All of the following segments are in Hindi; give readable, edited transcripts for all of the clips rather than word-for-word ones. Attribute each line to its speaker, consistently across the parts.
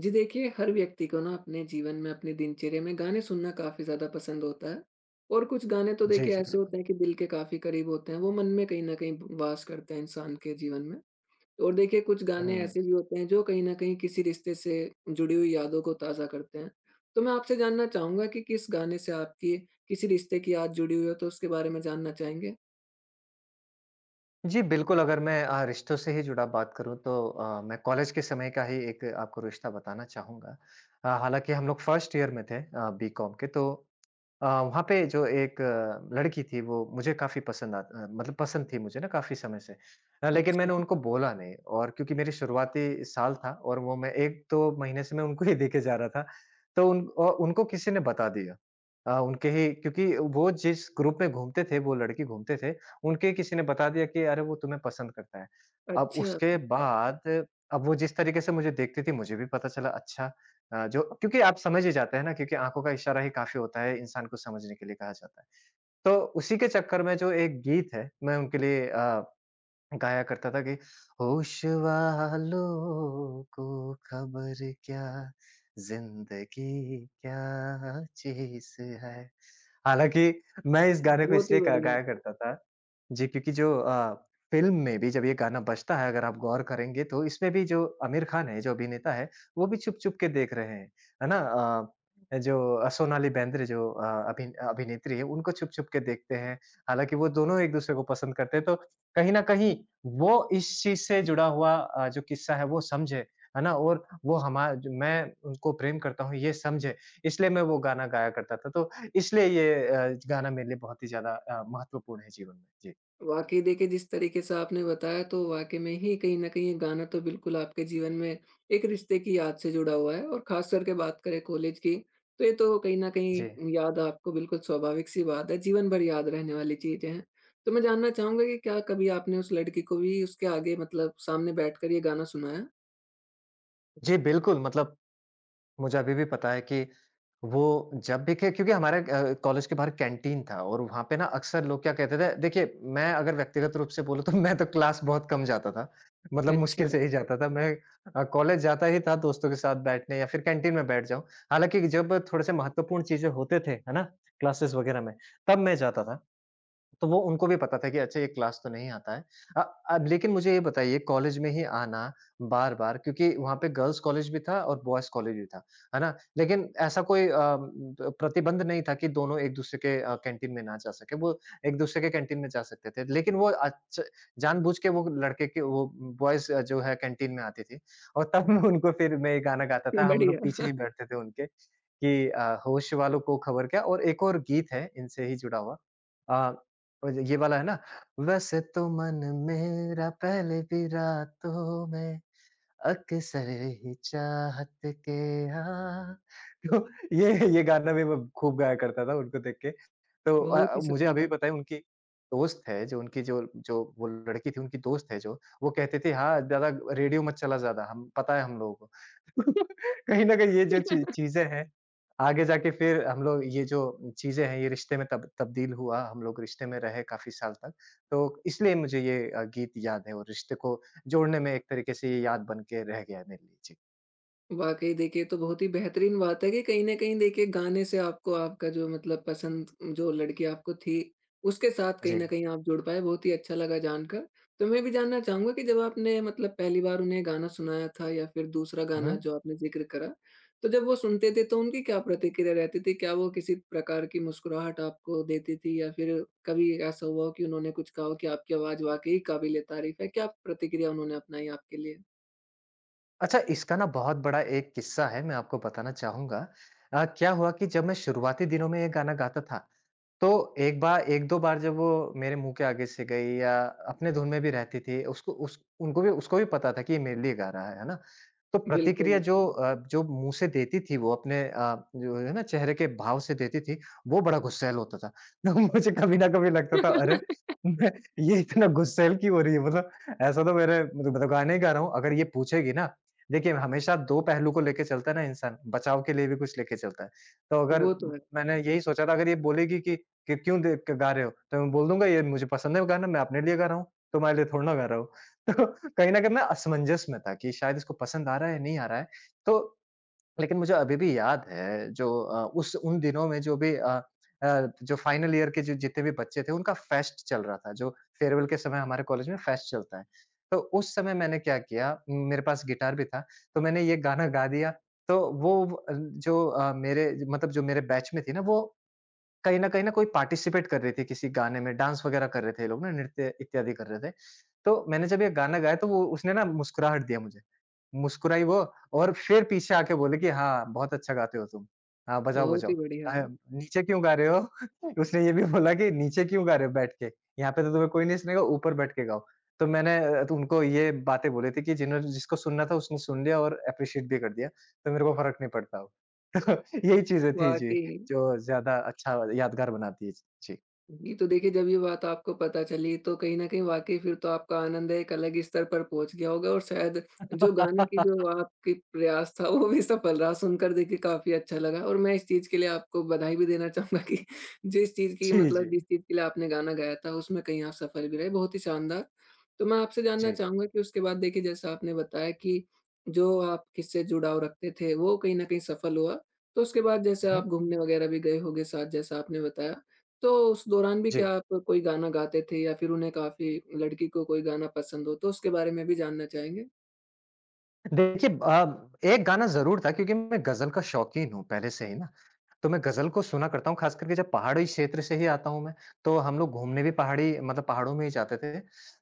Speaker 1: जी देखिए, हर व्यक्ति को ना अपने जीवन में, अपने दिनचर्या में गाने सुनना काफ़ी ज़्यादा पसंद होता है और कुछ गाने तो
Speaker 2: जी,
Speaker 1: देखिए
Speaker 2: जी,
Speaker 1: ऐसे
Speaker 2: बिल्कुल।
Speaker 1: होते हैं कि दिल के काफ़ी करीब होते हैं, वो मन में कहीं न कहीं वास करते हैं इंसान के जीवन में। और देखिए कुछ गाने
Speaker 2: हुँ।
Speaker 1: ऐसे भी होते हैं जो कहीं न कहीं किसी रिश्ते से जुड़ी हुई यादों को ताज़ा करते हैं। तो मैं आपसे जानना चाहूँगा कि किस गाने से आपकी किसी रिश्ते की याद जुड़ी हुई हो तो उसके बारे में जानना चाहेंगे?
Speaker 2: जी, बिल्कुल। अगर मैं रिश्तों से ही जुड़ा बात करूँ तो मैं कॉलेज के समय का ही एक आपको रिश्ता बताना चाहूँगा। हालाँकि हम लोग फर्स्ट ईयर में थे बीकॉम के, तो वहाँ पे जो एक लड़की थी, वो मुझे काफ़ी पसंद मतलब पसंद थी मुझे ना काफ़ी समय से। लेकिन
Speaker 1: अच्छा,
Speaker 2: मैंने उनको बोला नहीं, और क्योंकि मेरी शुरुआती साल था और वो मैं 1-2 महीने से मैं उनको ही देखे जा रहा था। तो उनको किसी ने बता दिया। उनके ही, क्योंकि वो जिस ग्रुप में घूमते थे, वो लड़की घूमते थे, उनके किसी ने बता दिया कि अरे वो तुम्हें पसंद करता है। अब
Speaker 1: अच्छा,
Speaker 2: उसके बाद अब वो जिस तरीके से मुझे देखती थी, मुझे भी पता चला। अच्छा, जो क्योंकि आप समझ ही जाते हैं ना, क्योंकि आँखों का इशारा ही काफ़ी होता है इंसान को समझने के लिए, कहा जाता है। तो उसी के चक्कर में जो एक गीत है, मैं उनके लिए गाया करता था कि होश वालों को खबर क्या, ज़िंदगी क्या चीज़ है। हालाँकि मैं इस गाने को
Speaker 1: बहुत ही
Speaker 2: इसलिए गा
Speaker 1: बढ़िया।
Speaker 2: गाया करता था जी, क्योंकि जो फ़िल्म में भी जब ये गाना बजता है, अगर आप गौर करेंगे तो इसमें भी जो आमिर खान है, जो अभिनेता है, वो भी चुप-चुप के देख रहे हैं, है ना? जो सोनाली बेंद्रे, जो अभिनेत्री है, उनको चुप-चुप के देखते हैं। हालाँकि वो दोनों एक-दूसरे को पसंद करते हैं, तो कहीं न कहीं वो इस चीज़ से जुड़ा हुआ जो किस्सा है, वो समझे, है ना? और वो हमा ज मैं उनको प्रेम करता हूँ, ये समझे, इसलिए मैं वो गाना गाया करता था। तो इसलिए ये गाना मेरे लिए बहुत ही ज़्यादा महत्वपूर्ण है जीवन में। जी।
Speaker 1: वाक़ई देखिए, जिस तरीके से आपने बताया तो वाक़ई में ही कहीं न कहीं ये गाना तो बिल्कुल आपके जीवन में एक रिश्ते की याद से जुड़ा हुआ है और ख़ास करके बात करें कॉलेज की, तो ये तो कहीं न
Speaker 2: जी।
Speaker 1: कहीं याद आपको बिल्कुल स्वाभाविक-सी बात है, जीवन भर याद रहने वाली चीज़ें हैं। तो मैं जानना चाहूँगा कि क्या कभी आपने उस लड़की को भी उसके आगे मतलब सामने बैठकर ये गाना सुनाया?
Speaker 2: जी, बिल्कुल। मतलब मुझे अभी भी पता है कि वो जब भी खे क्योंकि हमारे कॉलेज के बाहर कैंटीन था, और वहाँ पे ना अक्सर लोग क्या कहते थे देखिए, मैं अगर व्यक्तिगत रूप से बोलूँ तो मैं तो क्लास बहुत कम जाता था। मतलब मुश्किल
Speaker 1: अच्छा,
Speaker 2: से ही जाता था। मैं कॉलेज जाता ही था दोस्तों के साथ बैठने, या फिर कैंटीन में बैठ जाऊँ। हालाँकि जब थोड़े से महत्वपूर्ण चीज़ें होते थे, है ना, क्लासेस वग़ैरह में, तब मैं जाता था। तो वो उनको भी पता था कि अच्छा, ये क्लास तो नहीं आता है। अ, अब लेकिन मुझे ये बताइए, कॉलेज में ही आना बार-बार, क्योंकि वहाँ पे गर्ल्स कॉलेज भी था और बॉयज़ कॉलेज भी था, है ना? लेकिन ऐसा कोई अ, ब प्रतिबंध नहीं था कि दोनों एक-दूसरे के कैंटीन में ना जा सकें, वो एक-दूसरे के कैंटीन में जा सकते थे। लेकिन वो अच्छ जानबूझ के वो लड़के के वो बॉयज़ जो है कैंटीन में आती थी, और तब मैं उनको, फिर मैं ये गाना गाता था, हम लोग
Speaker 1: बढ़िया,
Speaker 2: पीछे ही बैठते थे उनके कि होश वालों को खबर क्या, और एक और गीत है इनसे ही जुड़ा हुआ। अ और ये वाला है ना? वैसे तो मन मेरा पहले भी रातों में अक्सर ही चाहत के आ तो ये गाना भी मैं खूब गाया करता था उनको देख के। तो
Speaker 1: बहुत ही
Speaker 2: मुझे अभी भी
Speaker 1: शानदार।
Speaker 2: पता है, उनकी दोस्त है जो, उनकी जो जो वो लड़की थी, उनकी दोस्त है जो, वो कहती थी, हाँ, ज़्यादा रेडियो मत चला, ज़्यादा हम पता है हम लोगों को। कहीं न कहीं ये जो ची चीज़ें हैं, आगे जाके फिर हम लोग ये जो चीज़ें हैं, ये रिश्ते में तब तब्दील हुआ, हम लोग रिश्ते में रहे काफ़ी साल तक। तो इसलिए मुझे ये गीत याद है, और रिश्ते को जोड़ने में एक तरीके से ये याद बन के रह गया है मेरे लिए। जी।
Speaker 1: वाक़ई देखिए, ये तो बहुत ही बेहतरीन बात है कि कहीं न कहीं देखिए गाने से आपको आपका जो मतलब पसंद जो लड़की आपको थी, उसके साथ कहीं
Speaker 2: जी।
Speaker 1: न कहीं आप जुड़ पाए, बहुत ही अच्छा लगा जानकर। तो मैं भी जानना चाहूँगा कि जब आपने मतलब पहली बार उन्हें गाना सुनाया था या फिर दूसरा
Speaker 2: हुँ,
Speaker 1: गाना
Speaker 2: हुँ।
Speaker 1: जो आपने ज़िक्र करा, तो जब वो सुनते थे तो उनकी क्या प्रतिक्रिया रहती थी? क्या वो किसी प्रकार की मुस्कुराहट आपको देती थी या फिर कभी ऐसा हुआ हो कि उन्होंने कुछ कहा हो कि आपकी आवाज़ वाक़ई काबिल-ए-तारीफ़ है? क्या प्रतिक्रिया उन्होंने अपनाई आपके लिए?
Speaker 2: अच्छा, इसका ना बहुत बड़ा एक किस्सा है, मैं आपको बताना चाहूँगा। क्या हुआ कि जब मैं शुरुआती दिनों में ये गाना गाता था, तो एक बार, 1-2 बार जब वो मेरे मुँह के आगे से गई, या अपने धुन में भी रहती थी, उसको भी पता था कि ये मेरे लिए गा रहा है ना? तो प्रतिक्रिया
Speaker 1: बिल्कुल,
Speaker 2: जो मुँह से देती थी वो, अपने जो है ना, चेहरे के भाव से देती थी, वो बड़ा गुस्सैल होता था। तो मुझे कभी ना कभी लगता था, अरे! मैं ये इतना गुस्सैल क्यों हो रही है? मतलब ऐसा तो मेरे, मतलब मैं गाना ही गा रहा हूँ। अगर ये पूछेगी ना, देखिए हमेशा 2 पहलू को लेके चलता है ना इंसान, बचाव के लिए भी कुछ लेके चलता है। तो अगर
Speaker 1: वो तो है।
Speaker 2: मैंने यही सोचा था, अगर ये बोलेगी कि क्यों दे क गा रहे हो, तो मैं बोल दूँगा, ये मुझे पसंद है गाना, मैं अपने लिए गा रहा हूँ, तुम्हारे लिए थोड़ी ना गा रहा हूँ। तो कहीं न कहीं मैं असमंजस में था कि शायद इसको पसंद आ रहा है, नहीं आ रहा है। तो लेकिन मुझे अभी भी याद है, जो अ, उस उन दिनों में जो भी जो फाइनल ईयर के, जो जितने भी बच्चे थे, उनका फेस्ट चल रहा था, जो फेयरवेल के समय हमारे कॉलेज में फेस्ट चलता है। तो उस समय मैंने क्या किया, मेरे पास गिटार भी था, तो मैंने ये गाना गा दिया। तो वो जो मेरे, मतलब जो मेरे बैच में थी ना, वो कहीं न कहीं, न कोई पार्टिसिपेट कर रहे थे किसी गाने में, डांस वगैरह कर रहे थे ये लोग ना, नृत्य इत्यादि कर रहे थे। तो मैंने जब ये गाना गाया, तो वो, उसने ना, मुस्कुराहट दिया मुझे। मुस्कुराई वो, और फिर पीछे आके बोली कि हाँ, बहुत अच्छा गाते हो तुम। हाँ, बजाओ,
Speaker 1: बहुत
Speaker 2: बजाओ।
Speaker 1: ही बढ़िया,
Speaker 2: अ, नीचे क्यों गा रहे हो? उसने ये भी बोला कि नीचे क्यों गा रहे हो बैठ के? यहाँ पे तो तुम्हें कोई नहीं सुनेगा, ऊपर बैठ के गाओ। तो तो उनको ये बातें बोली थी, कि जिन्होंने, जिसको सुनना था उसने सुन लिया और एप्रिशिएट भी कर दिया, तो मेरे को फ़र्क नहीं पड़ता अब। तो यही चीज़ें थी जी,
Speaker 1: वाक़ई।
Speaker 2: जो ज़्यादा अच्छा यादगार बनाती है। जी।
Speaker 1: जी, तो देखिए जब ये बात आपको पता चली तो कहीं न कहीं वाक़ई फिर तो आपका आनंद है एक अलग स्तर पर पहुँच गया होगा और शायद जो गाने की जो आपकी प्रयास था वो भी सफल रहा सुनकर देखिए काफ़ी अच्छा लगा और मैं इस चीज़ के लिए आपको बधाई भी देना चाहूँगा कि जिस चीज़ की
Speaker 2: जी, जी।
Speaker 1: मतलब जिस चीज़ के लिए आपने गाना गाया था उसमें कहीं आप सफल भी रहे, बहुत ही शानदार। तो मैं आपसे जानना
Speaker 2: जी।
Speaker 1: चाहूँगा कि उसके बाद देखिए जैसा आपने बताया कि जो आप किससे जुड़ाव रखते थे वो कहीं न कहीं सफल हुआ, तो उसके बाद जैसे
Speaker 2: हुँ, हुँ।
Speaker 1: आप घूमने वग़ैरह भी गए होंगे साथ जैसा आपने बताया। तो उस दौरान भी
Speaker 2: जी।
Speaker 1: क्या आप कोई गाना गाते थे या फिर उन्हें काफ़ी लड़की को कोई गाना पसंद हो, तो उसके बारे में भी जानना चाहेंगे?
Speaker 2: देखिए, एक गाना ज़रूर था, क्योंकि मैं गज़ल का शौकीन हूँ पहले से ही ना। तो मैं गज़ल को सुना करता हूँ, ख़ास करके जब पहाड़ी क्षेत्र से ही आता हूँ मैं, तो हम लोग घूमने भी पहाड़ी, मतलब पहाड़ों में ही जाते थे।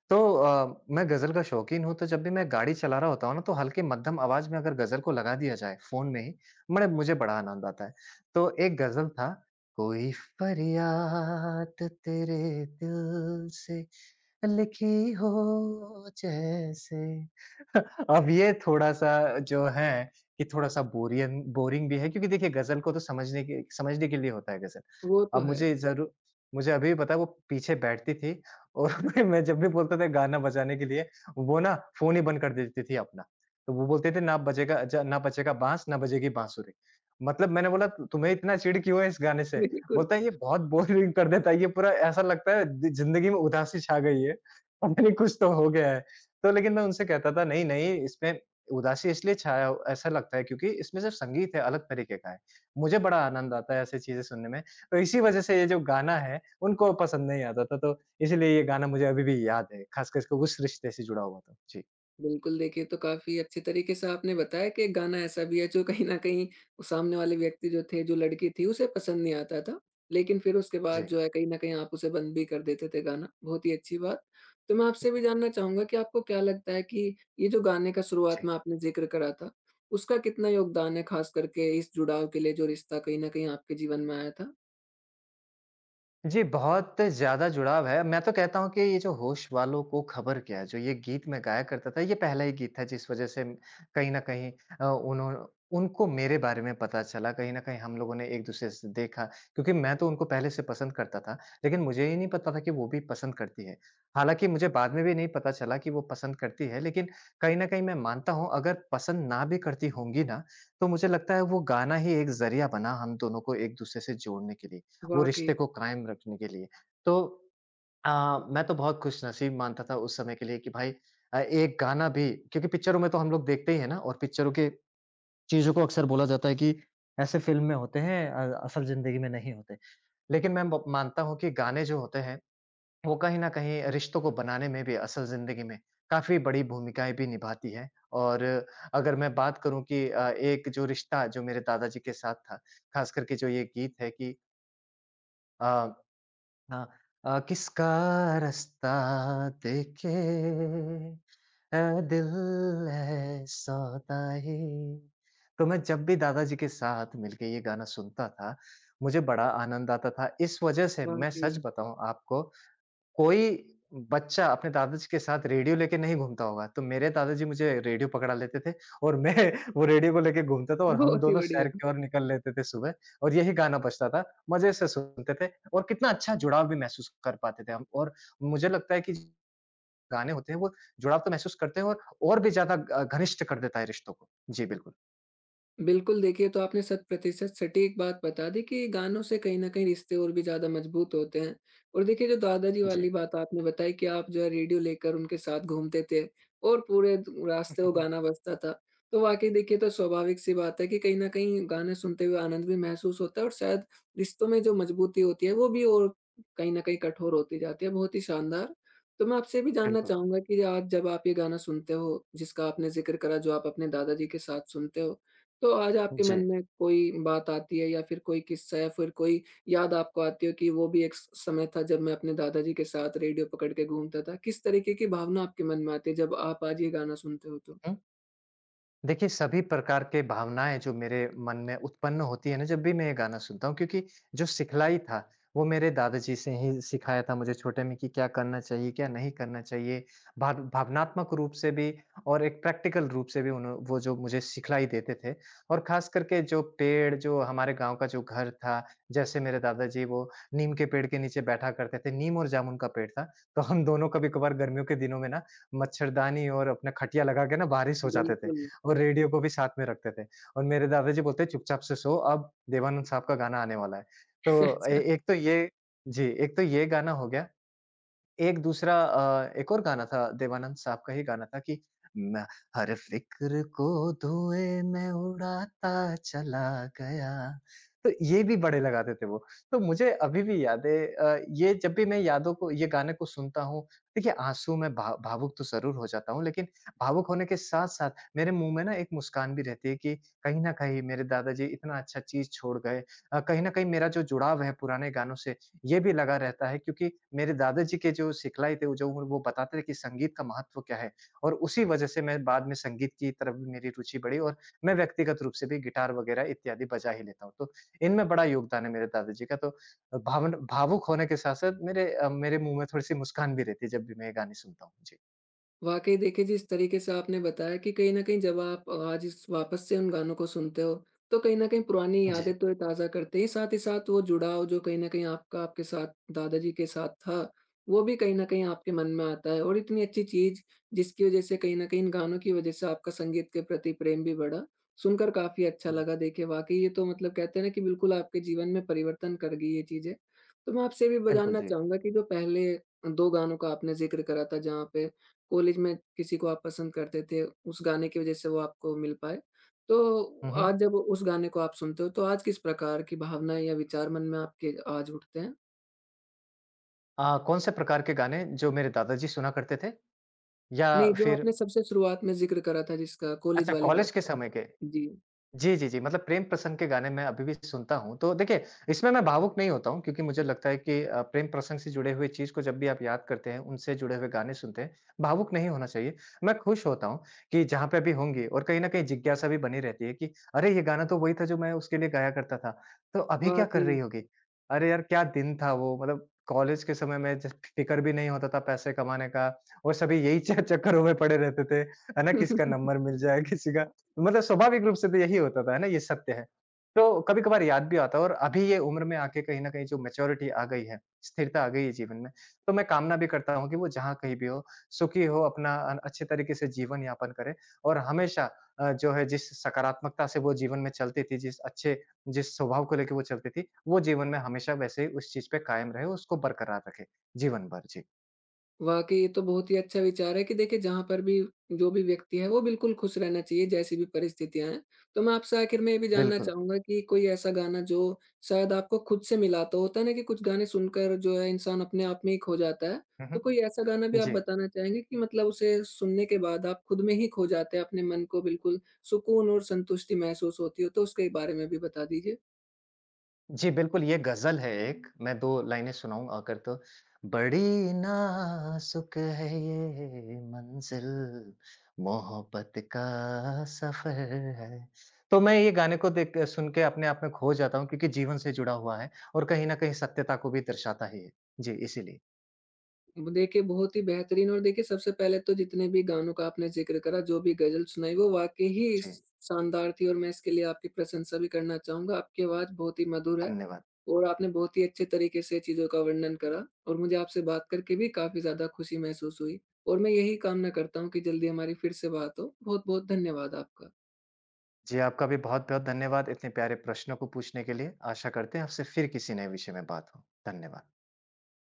Speaker 2: तो मैं गज़ल का शौकीन हूँ, तो जब भी मैं गाड़ी चला रहा होता हूँ ना, तो हल्की मध्यम आवाज़ में अगर गज़ल को लगा दिया जाए फ़ोन में ही, मड़े मुझे बड़ा आनंद आता है। तो एक गज़ल था, कोई फ़रियाद तेरे दिल से लिखी हो जैसे। अब ये थोड़ा-सा जो है कि थोड़ा-सा बोरियन बोरिंग भी है, क्योंकि देखिए, गज़ल को तो समझने के लिए होता है गज़ल।
Speaker 1: वो तो
Speaker 2: अब
Speaker 1: है,
Speaker 2: मुझे ज़रू मुझे अभी भी पता है, वो पीछे बैठती थी, और मैं जब भी बोलता था गाना बजाने के लिए, वो ना फ़ोन ही बंद कर देती थी अपना। तो वो बोलते थे ना, बजेगा ज ना बजेगा बाँस, ना बजेगी बाँसुरी। मतलब मैंने बोला, तुम्हें इतना चिढ़ क्यों है इस गाने से?
Speaker 1: बिल्कुल।
Speaker 2: बोलता है ये बहुत बोरिंग कर देता है, ये पूरा ऐसा लगता है द ज़िंदगी में उदासी छा गई है, पता नहीं कुछ तो हो गया है।" तो लेकिन मैं उनसे कहता था, नहीं, नहीं, इसमें उदासी इसलिए ऐसा लगता है, क्योंकि इसमें सिर्फ़ संगीत है, अलग तरीके का है। मुझे बड़ा आनंद आता है ऐसी चीज़ें सुनने में। तो इसी वजह से ये जो गाना है, उनको पसंद नहीं आता था, तो इसीलिए ये गाना मुझे अभी भी याद है, ख़ास करके उस रिश्ते से जुड़ा हुआ था। जी।
Speaker 1: बिल्कुल, देखिए तो काफ़ी अच्छे तरीके से आपने बताया कि एक गाना ऐसा भी है जो कहीं न कहीं उस सामने वाले व्यक्ति जो थे, जो लड़की थी उसे पसंद नहीं आता था। लेकिन फिर उसके बाद
Speaker 2: जी,
Speaker 1: जो है कहीं न कहीं आप उसे बंद भी कर देते थे गाना, बहुत ही अच्छी बात। तो मैं आपसे भी जानना चाहूँगा कि आपको क्या लगता है कि ये जो गाने का शुरुआत
Speaker 2: जी।
Speaker 1: में आपने ज़िक्र करा था, उसका कितना योगदान है ख़ास करके इस जुड़ाव के लिए जो रिश्ता कहीं न कहीं आपके जीवन में आया था?
Speaker 2: जी, बहुत ज़्यादा जुड़ाव है। मैं तो कहता हूँ कि ये जो होश वालों को खबर क्या, जो ये गीत मैं गाया करता था, ये पहला ही गीत था जिस वज़ह से कहीं न कहीं अ, उन्हों उनको मेरे बारे में पता चला। कहीं न कहीं हम लोगों ने एक-दूसरे से देखा, क्योंकि मैं तो उनको पहले से पसंद करता था, लेकिन मुझे ही नहीं पता था कि वो भी पसंद करती है। हालाँकि मुझे बाद में भी नहीं पता चला कि वो पसंद करती है, लेकिन कहीं न कहीं मैं मानता हूँ, अगर पसंद ना भी करती होंगी ना, तो मुझे लगता है वो गाना ही एक ज़रिया बना, हम दोनों को एक-दूसरे से जोड़ने के लिए, वो
Speaker 1: वाक़ई,
Speaker 2: रिश्ते को कायम रखने के लिए। तो अ, मैं तो बहुत खुशनसीब मानता था उस समय के लिए, कि भाई, एक गाना भी, क्योंकि पिक्चरों में तो हम लोग देखते ही हैं ना, और पिक्चरों के चीज़ों को अक्सर बोला जाता है कि ऐसे फ़िल्म में होते हैं, असल ज़िंदगी में नहीं होते। लेकिन मैं ब मानता हूँ कि गाने जो होते हैं, वो कहीं न कहीं रिश्तों को बनाने में भी असल ज़िंदगी में काफ़ी बड़ी भूमिकाएँ भी निभाती हैं। और अगर मैं बात करूँ कि एक जो रिश्ता जो मेरे दादाजी के साथ था, ख़ास करके जो ये गीत है कि अ हाँ। किसका रास्ता देखे ए दिल है सौदाई। तो मैं जब भी दादाजी के साथ मिलके ये गाना सुनता था, मुझे बड़ा आनंद आता था। इस वज़ह से मैं सच
Speaker 1: वाक़ई,
Speaker 2: बताऊँ आपको, कोई बच्चा अपने दादाजी के साथ रेडियो लेके नहीं घूमता होगा, तो मेरे दादाजी मुझे रेडियो पकड़ा लेते थे और मैं वो रेडियो को लेके घूमता था और हम
Speaker 1: बहुत ही
Speaker 2: दोनों
Speaker 1: बढ़िया।
Speaker 2: सैर की ओर निकल लेते थे सुबह। और यही गाना बजता था, मज़े से सुनते थे और कितना अच्छा जुड़ाव भी महसूस कर पाते थे हम। और मुझे लगता है कि गाने होते हैं वो जुड़ाव तो महसूस करते हैं और भी ज़्यादा घनिष्ठ कर देता है रिश्तों को। जी, बिल्कुल।
Speaker 1: बिल्कुल, देखिए तो आपने शत प्रतिशत सटीक बात बता दी कि गानों से कहीं न कहीं रिश्ते और भी ज़्यादा मजबूत होते हैं। और देखिए जो दादाजी
Speaker 2: जी।
Speaker 1: वाली बात आपने बताई कि आप जो है रेडियो लेकर उनके साथ घूमते थे और पूरे द रास्ते वो गाना बजता था। तो वाक़ई देखिए तो स्वाभाविक-सी बात है कि कहीं न कहीं गाने सुनते हुए आनंद भी महसूस होता है और शायद रिश्तों में जो मजबूती होती है वो भी और कहीं न कहीं कठोर होती जाती है। बहुत ही शानदार! तो मैं आपसे ये भी जानना
Speaker 2: बिल्कुल।
Speaker 1: चाहूँगा कि आज जब आप ये गाना सुनते हो, जिसका आपने ज़िक्र करा जो आप अपने दादाजी के साथ सुनते हो, तो आज आपके
Speaker 2: जी।
Speaker 1: मन में कोई बात आती है या फिर कोई किस्सा या फिर कोई याद आपको आती हो कि वो भी एक समय था जब मैं अपने दादाजी के साथ रेडियो पकड़ के घूमता था। किस तरीके की भावना आपके मन में आती है जब आप आज ये गाना सुनते हो तो?
Speaker 2: देखिए, सभी प्रकार के भावनाएँ जो मेरे मन में उत्पन्न होती है ना, जब भी मैं ये गाना सुनता हूँ क्योंकि जो सिखलाई था, वो मेरे दादाजी से ही सिखाया था मुझे छोटे में कि क्या करना चाहिए, क्या नहीं करना चाहिए। भाव भावनात्मक रूप से भी और एक प्रैक्टिकल रूप से भी उन्हों वो जो मुझे सिखलाई देते थे। और ख़ास करके जो पेड़, जो हमारे गाँव का जो घर था, जैसे मेरे दादाजी वो नीम के पेड़ के नीचे बैठा करते थे, नीम और जामुन का पेड़ था। तो हम दोनों कभी-कभार गर्मियों के दिनों में ना, मच्छरदानी और अपना खटिया लगा के ना बारिश हो जाते थे।
Speaker 1: बिल्कुल।
Speaker 2: और रेडियो को भी साथ में रखते थे और मेरे दादाजी बोलते चुपचाप से सो अब देवानंद साहब का गाना आने वाला है। तो ए एक तो ये, जी, एक तो ये गाना हो गया। एक दूसरा, एक और गाना था देवानंद साहब का ही गाना था कि मैं हर फ़िक्र को धुएँ में उड़ाता चला गया। तो ये भी बड़े लगाते थे वो। तो मुझे अभी भी याद है ये जब भी मैं यादों को ये गाने को सुनता हूँ, देखिए आँसू में भा भावुक तो ज़रूर हो जाता हूँ, लेकिन भावुक होने के साथ-साथ मेरे मुँह में ना एक मुस्कान भी रहती है कि कहीं न कहीं मेरे दादाजी इतना अच्छा चीज़ छोड़ गए। कहीं न कहीं मेरा जो जुड़ाव है पुराने गानों से ये भी लगा रहता है क्योंकि मेरे दादाजी के जो सिखलाई थे, वो जो वो बताते थे कि संगीत का महत्व क्या है और उसी वजह से मैं बाद में संगीत की तरफ भी मेरी रुचि बढ़ी और मैं व्यक्तिगत रूप से भी गिटार वगैरह इत्यादि बजा ही लेता हूँ। तो इनमें बड़ा योगदान है मेरे दादाजी का, तो भावन भावुक होने के साथ-साथ मेरे मेरे मुँह में थोड़ी-सी मुस्कान भी रहती है जब भी मैं ये गाने सुनता हूँ। जी।
Speaker 1: वाक़ई देखिए, जिस तरीके से आपने बताया कि कहीं न कहीं जब आप आज इस वापस से उन गानों को सुनते हो, तो कहीं न कहीं पुरानी
Speaker 2: जी।
Speaker 1: यादें तो ये ताज़ा करते ही साथ वो जुड़ाव जो कहीं न कहीं आपका आपके साथ दादाजी के साथ था, वो भी कहीं न कहीं आपके मन में आता है और इतनी अच्छी चीज़ जिसकी वज़ह से कहीं न कहीं इन गानों की वज़ह से आपका संगीत के प्रति प्रेम भी बढ़ा, सुनकर काफ़ी अच्छा
Speaker 2: हुँ,
Speaker 1: लगा देखिए वाक़ई ये तो मतलब कहते हैं ना कि बिल्कुल आपके जीवन में परिवर्तन कर गई ये चीज़ें। तो मैं आपसे ये भी ब
Speaker 2: बिल्कुल,
Speaker 1: जानना
Speaker 2: जी।
Speaker 1: चाहूँगा कि जो पहले 2 गानों का आपने ज़िक्र करा था जहाँ पे कॉलेज में किसी को आप पसंद करते थे, उस गाने की वज़ह से वो आपको मिल पाए।
Speaker 2: हुँ,
Speaker 1: तो
Speaker 2: हुँ।
Speaker 1: आज जब उस गाने को आप सुनते हो, तो आज किस प्रकार की भावनाएँ या विचार मन में आपके आज उठते हैं?
Speaker 2: कौन से प्रकार के गाने जो मेरे दादाजी सुना करते थे या
Speaker 1: नहीं, जो
Speaker 2: फिर
Speaker 1: आपने सबसे शुरुआत में ज़िक्र करा था जिसका कॉलेज
Speaker 2: अच्छा
Speaker 1: वाली
Speaker 2: कॉलेज
Speaker 1: बात।
Speaker 2: के समय के?
Speaker 1: जी,
Speaker 2: जी, जी, जी। मतलब प्रेम प्रसंग के गाने मैं अभी भी सुनता हूँ। तो देखिए, इसमें मैं भावुक नहीं होता हूँ क्योंकि मुझे लगता है कि प्रेम प्रसंग से जुड़े हुए चीज़ को जब भी आप याद करते हैं, उनसे जुड़े हुए गाने सुनते हैं, भावुक नहीं होना चाहिए। मैं खुश होता हूँ कि जहाँ पे भी होंगी और कहीं न कहीं जिज्ञासा भी बनी रहती है कि अरे! ये गाना तो वही था जो मैं उसके लिए गाया करता था। तो अभी क्या कर
Speaker 1: वाक़ई।
Speaker 2: रही होगी? अरे यार! क्या दिन था वो? मतलब कॉलेज के समय में जब फ़िक्र भी नहीं होता था पैसे कमाने का और सभी यही च चक्करों में पड़े रहते थे, है ना? किसका नंबर मिल जाए, किसी का मतलब स्वाभाविक रूप से तो यही होता था, है ना? ये सत्य है। तो कभी-कभार याद भी आता है और अभी ये उम्र में आके कहीं न कहीं जो मैच्योरिटी आ गई है, स्थिरता आ गई है जीवन में, तो मैं कामना भी करता हूँ कि वो जहाँ कहीं भी हो, सुखी हो, अपना अच्छे तरीके से जीवन यापन करे और हमेशा जो है जिस सकारात्मकता से वो जीवन में चलती थी, जिस अच्छे जिस स्वभाव को लेके वो चलती थी, वो जीवन में हमेशा वैसे ही उस चीज़ पे कायम रहे, उसको बरकरार रखे जीवन भर। जी,
Speaker 1: वाक़ई ये तो बहुत ही अच्छा विचार है कि देखिए जहाँ पर भी जो भी व्यक्ति है वो बिल्कुल खुश रहना चाहिए जैसी भी परिस्थितियाँ हैं। तो मैं आपसे आखिर में ये भी जानना
Speaker 2: बिल्कुल।
Speaker 1: चाहूँगा कि कोई ऐसा गाना जो शायद आपको खुद से मिलाता हो, होता है ना कि कुछ गाने सुनकर जो है इंसान अपने आप में ही खो जाता है।
Speaker 2: हुँ,
Speaker 1: तो कोई ऐसा गाना भी
Speaker 2: हुँ।
Speaker 1: आप
Speaker 2: जी।
Speaker 1: बताना चाहेंगे कि मतलब उसे सुनने के बाद आप खुद में ही खो जाते हैं, अपने मन को बिल्कुल सुकून और संतुष्टि महसूस होती हो? तो उसके बारे में भी बता दीजिए।
Speaker 2: जी, बिल्कुल, ये गज़ल है एक, मैं 2 लाइनें सुनाऊँ आकर तो। बड़ी नाज़ुक है ये मंज़िल, मोहब्बत का सफ़र है। तो मैं ये गाने को देख सुन के अपने आप में खो जाता हूँ क्योंकि जीवन से जुड़ा हुआ है और कहीं न कहीं सत्यता को भी दर्शाता है ये। जी, इसीलिए।
Speaker 1: देखिए, बहुत ही बेहतरीन और देखिए सबसे पहले तो जितने भी गानों का आपने ज़िक्र करा, जो भी गज़ल सुनाई वो वाक़ई ही
Speaker 2: जी,
Speaker 1: स शानदार थी और मैं इसके लिए आपकी प्रशंसा भी करना चाहूँगा। आपकी आवाज़ बहुत ही मधुर है
Speaker 2: धन्यवाद।
Speaker 1: और आपने बहुत ही अच्छे तरीके से चीज़ों का वर्णन करा और मुझे आपसे बात करके भी काफ़ी ज़्यादा खुशी महसूस हुई और मैं यही कामना करता हूँ कि जल्दी हमारी फिर से बात हो। बहुत-बहुत धन्यवाद आपका।
Speaker 2: जी, आपका भी बहुत-बहुत धन्यवाद इतने प्यारे प्रश्नों को पूछने के लिए। आशा करते हैं आपसे फिर किसी नए विषय में बात हो। धन्यवाद।